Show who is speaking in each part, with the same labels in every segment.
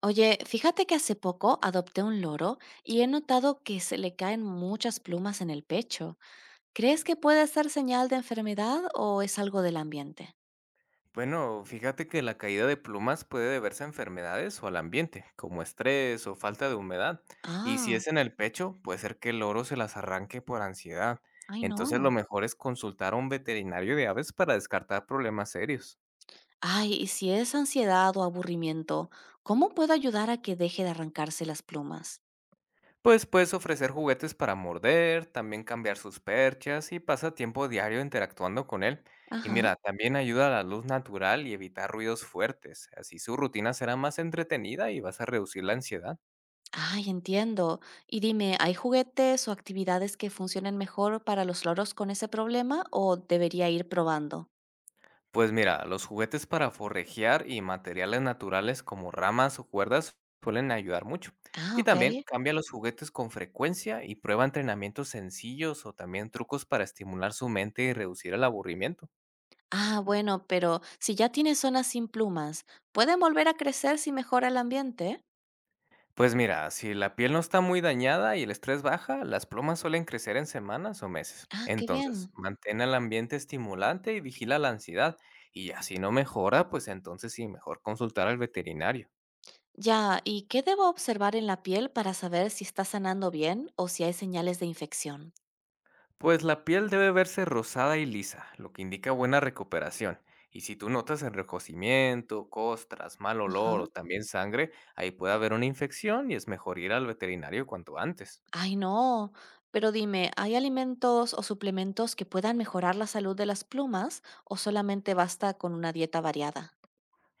Speaker 1: Oye, fíjate que hace poco adopté un loro y he notado que se le caen muchas plumas en el pecho. ¿Crees que puede ser señal de enfermedad o es algo del ambiente?
Speaker 2: Bueno, fíjate que la caída de plumas puede deberse a enfermedades o al ambiente, como estrés o falta de humedad. Y si
Speaker 1: Ah,
Speaker 2: es en el pecho, puede ser que el loro se las arranque por ansiedad.
Speaker 1: ay
Speaker 2: Entonces lo
Speaker 1: no.
Speaker 2: mejor es consultar a un veterinario de aves para descartar problemas serios.
Speaker 1: Ay, y si es ansiedad o aburrimiento, ¿cómo puedo ayudar a que deje de arrancarse las plumas?
Speaker 2: Pues puedes ofrecer juguetes para morder, también cambiar sus perchas y pasa tiempo diario interactuando con él. Y
Speaker 1: Ajá.
Speaker 2: mira, también ayuda a la luz natural y evitar ruidos fuertes. Así su rutina será más entretenida y vas a reducir la ansiedad.
Speaker 1: Ay, entiendo. Y dime, ¿hay juguetes o actividades que funcionen mejor para los loros con ese problema o debería ir probando?
Speaker 2: Pues mira, los juguetes para forrejear y materiales naturales como ramas o cuerdas suelen ayudar mucho.
Speaker 1: Ah,
Speaker 2: Y
Speaker 1: ok.
Speaker 2: también cambia los juguetes con frecuencia y prueba entrenamientos sencillos o también trucos para estimular su mente y reducir el aburrimiento.
Speaker 1: Ah, bueno, pero si ya tiene zonas sin plumas, ¿pueden volver a crecer si mejora el ambiente?
Speaker 2: Pues mira, si la piel no está muy dañada y el estrés baja, las plumas suelen crecer en semanas o meses.
Speaker 1: Ah, qué
Speaker 2: Entonces,
Speaker 1: bien.
Speaker 2: mantén el ambiente estimulante y vigila la ansiedad. Y así no mejora, pues entonces sí, mejor consultar al veterinario.
Speaker 1: Ya, ¿y qué debo observar en la piel para saber si está sanando bien o si hay señales de infección?
Speaker 2: Pues la piel debe verse rosada y lisa, lo que indica buena recuperación. Y si tú notas enrojecimiento, costras, mal
Speaker 1: Ajá.
Speaker 2: olor o también sangre, ahí puede haber una infección y es mejor ir al veterinario cuanto antes.
Speaker 1: Ay, no. Pero dime, ¿hay alimentos o suplementos que puedan mejorar la salud de las plumas o solamente basta con una dieta variada?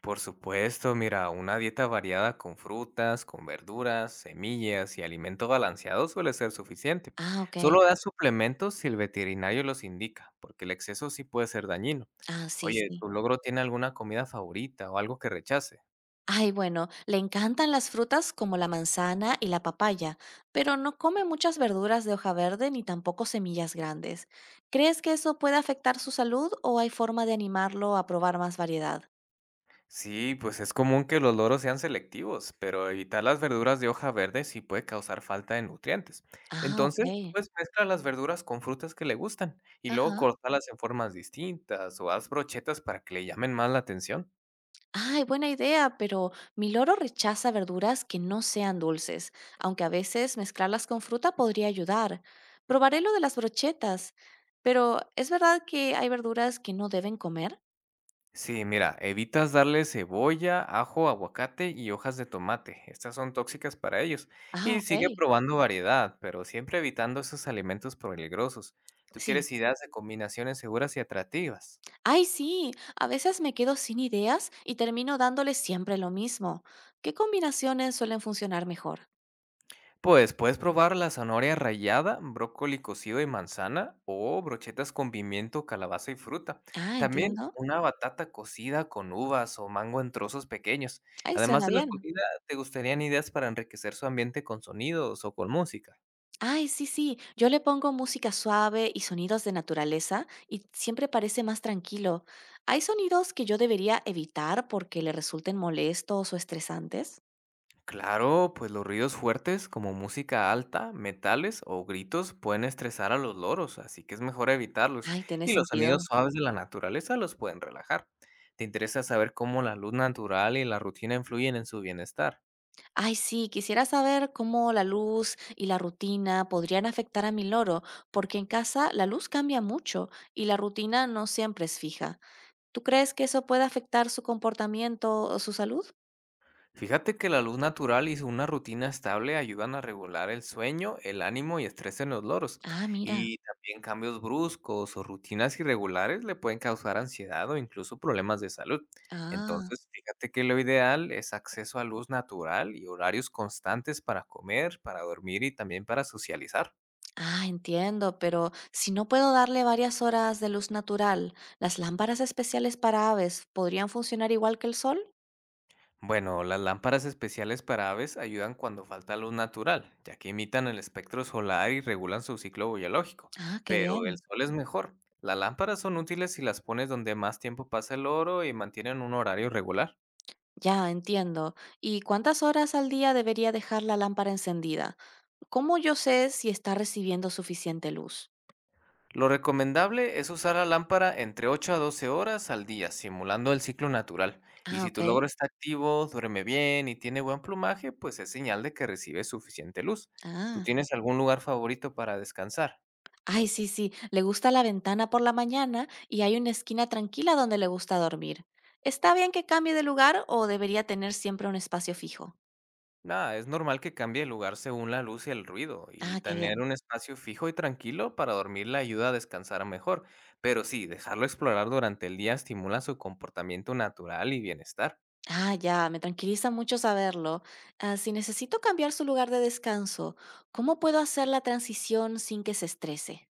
Speaker 2: Por supuesto, mira, una dieta variada con frutas, con verduras, semillas y alimento balanceado suele ser suficiente.
Speaker 1: Ah, ok.
Speaker 2: Solo da suplementos si el veterinario los indica, porque el exceso sí puede ser dañino.
Speaker 1: Ah, sí,
Speaker 2: Oye,
Speaker 1: sí.
Speaker 2: ¿tu logro tiene alguna comida favorita o algo que rechace?
Speaker 1: Ay, bueno, le encantan las frutas como la manzana y la papaya, pero no come muchas verduras de hoja verde ni tampoco semillas grandes. ¿Crees que eso puede afectar su salud o hay forma de animarlo a probar más variedad?
Speaker 2: Sí, pues es común que los loros sean selectivos, pero evitar las verduras de hoja verde sí puede causar falta de nutrientes.
Speaker 1: Ah, ok.
Speaker 2: Entonces, pues mezcla las verduras con frutas que le gustan y luego
Speaker 1: Ajá.
Speaker 2: córtalas en formas distintas o haz brochetas para que le llamen más la atención.
Speaker 1: Ay, buena idea, pero mi loro rechaza verduras que no sean dulces, aunque a veces mezclarlas con fruta podría ayudar. Probaré lo de las brochetas, pero ¿es verdad que hay verduras que no deben comer?
Speaker 2: Sí, mira, evitas darle cebolla, ajo, aguacate y hojas de tomate. Estas son tóxicas para ellos.
Speaker 1: Ah,
Speaker 2: Y
Speaker 1: ok.
Speaker 2: sigue probando variedad, pero siempre evitando esos alimentos peligrosos. ¿Tú
Speaker 1: Sí.
Speaker 2: quieres ideas de combinaciones seguras y atractivas?
Speaker 1: Ay, sí, a veces me quedo sin ideas y termino dándole siempre lo mismo. ¿Qué combinaciones suelen funcionar mejor?
Speaker 2: Pues puedes probar la zanahoria rallada, brócoli cocido y manzana o brochetas con pimiento, calabaza y fruta.
Speaker 1: Ah,
Speaker 2: También
Speaker 1: entiendo.
Speaker 2: una batata cocida con uvas o mango en trozos pequeños.
Speaker 1: Ay,
Speaker 2: Además
Speaker 1: suena
Speaker 2: de la
Speaker 1: bien.
Speaker 2: comida, ¿te gustarían ideas para enriquecer su ambiente con sonidos o con música?
Speaker 1: Ay, sí, sí, yo le pongo música suave y sonidos de naturaleza y siempre parece más tranquilo. ¿Hay sonidos que yo debería evitar porque le resulten molestos o estresantes?
Speaker 2: Claro, pues los ruidos fuertes como música alta, metales o gritos pueden estresar a los loros, así que es mejor evitarlos.
Speaker 1: Ay, tiene
Speaker 2: Y los
Speaker 1: sentido.
Speaker 2: sonidos suaves de la naturaleza los pueden relajar. ¿Te interesa saber cómo la luz natural y la rutina influyen en su bienestar?
Speaker 1: Ay, sí, quisiera saber cómo la luz y la rutina podrían afectar a mi loro, porque en casa la luz cambia mucho y la rutina no siempre es fija. ¿Tú crees que eso puede afectar su comportamiento o su salud?
Speaker 2: Fíjate que la luz natural y una rutina estable ayudan a regular el sueño, el ánimo y estrés en los loros.
Speaker 1: Ah, mira.
Speaker 2: Y también cambios bruscos o rutinas irregulares le pueden causar ansiedad o incluso problemas de salud.
Speaker 1: Ah,
Speaker 2: Entonces, fíjate que lo ideal es acceso a luz natural y horarios constantes para comer, para dormir y también para socializar.
Speaker 1: ah, entiendo, pero si no puedo darle varias horas de luz natural, ¿las lámparas especiales para aves podrían funcionar igual que el sol?
Speaker 2: Bueno, las lámparas especiales para aves ayudan cuando falta luz natural, ya que imitan el espectro solar y regulan su ciclo biológico,
Speaker 1: Ah, qué
Speaker 2: pero el
Speaker 1: bien.
Speaker 2: sol es mejor. Las lámparas son útiles si las pones donde más tiempo pasa el oro y mantienen un horario regular.
Speaker 1: Ya, entiendo. ¿Y cuántas horas al día debería dejar la lámpara encendida? ¿Cómo yo sé si está recibiendo suficiente luz?
Speaker 2: Lo recomendable es usar la lámpara entre 8 a 12 horas al día, simulando el ciclo natural. Y
Speaker 1: Ah,
Speaker 2: si tu
Speaker 1: ¿ok?
Speaker 2: logro está activo, duerme bien y tiene buen plumaje, pues es señal de que recibe suficiente luz. ¿Tú
Speaker 1: Ah.
Speaker 2: tienes algún lugar favorito para descansar?
Speaker 1: Ay, sí, sí, le gusta la ventana por la mañana y hay una esquina tranquila donde le gusta dormir. ¿Está bien que cambie de lugar o debería tener siempre un espacio fijo?
Speaker 2: Nada, es normal que cambie el lugar según la luz y el ruido, y
Speaker 1: Ah, qué
Speaker 2: tener
Speaker 1: bien.
Speaker 2: un espacio fijo y tranquilo para dormir le ayuda a descansar mejor, pero sí, dejarlo explorar durante el día estimula su comportamiento natural y bienestar.
Speaker 1: Ah, ya, me tranquiliza mucho saberlo. Ah, si necesito cambiar su lugar de descanso, ¿cómo puedo hacer la transición sin que se estrese?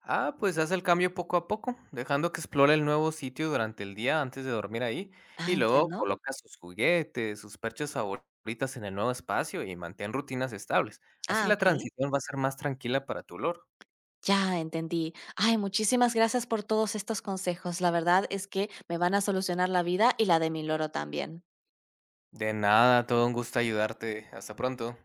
Speaker 2: Ah, pues haz el cambio poco a poco, dejando que explore el nuevo sitio durante el día antes de dormir ahí,
Speaker 1: Ah,
Speaker 2: y luego
Speaker 1: entiendo.
Speaker 2: coloca sus juguetes, sus perchas favoritas en el nuevo espacio y mantén rutinas estables. Así
Speaker 1: Ah,
Speaker 2: la
Speaker 1: ¿ok?
Speaker 2: transición va a ser más tranquila para tu loro.
Speaker 1: Ya entendí. Ay, muchísimas gracias por todos estos consejos. La verdad es que me van a solucionar la vida y la de mi loro también.
Speaker 2: De nada, todo un gusto ayudarte. Hasta pronto.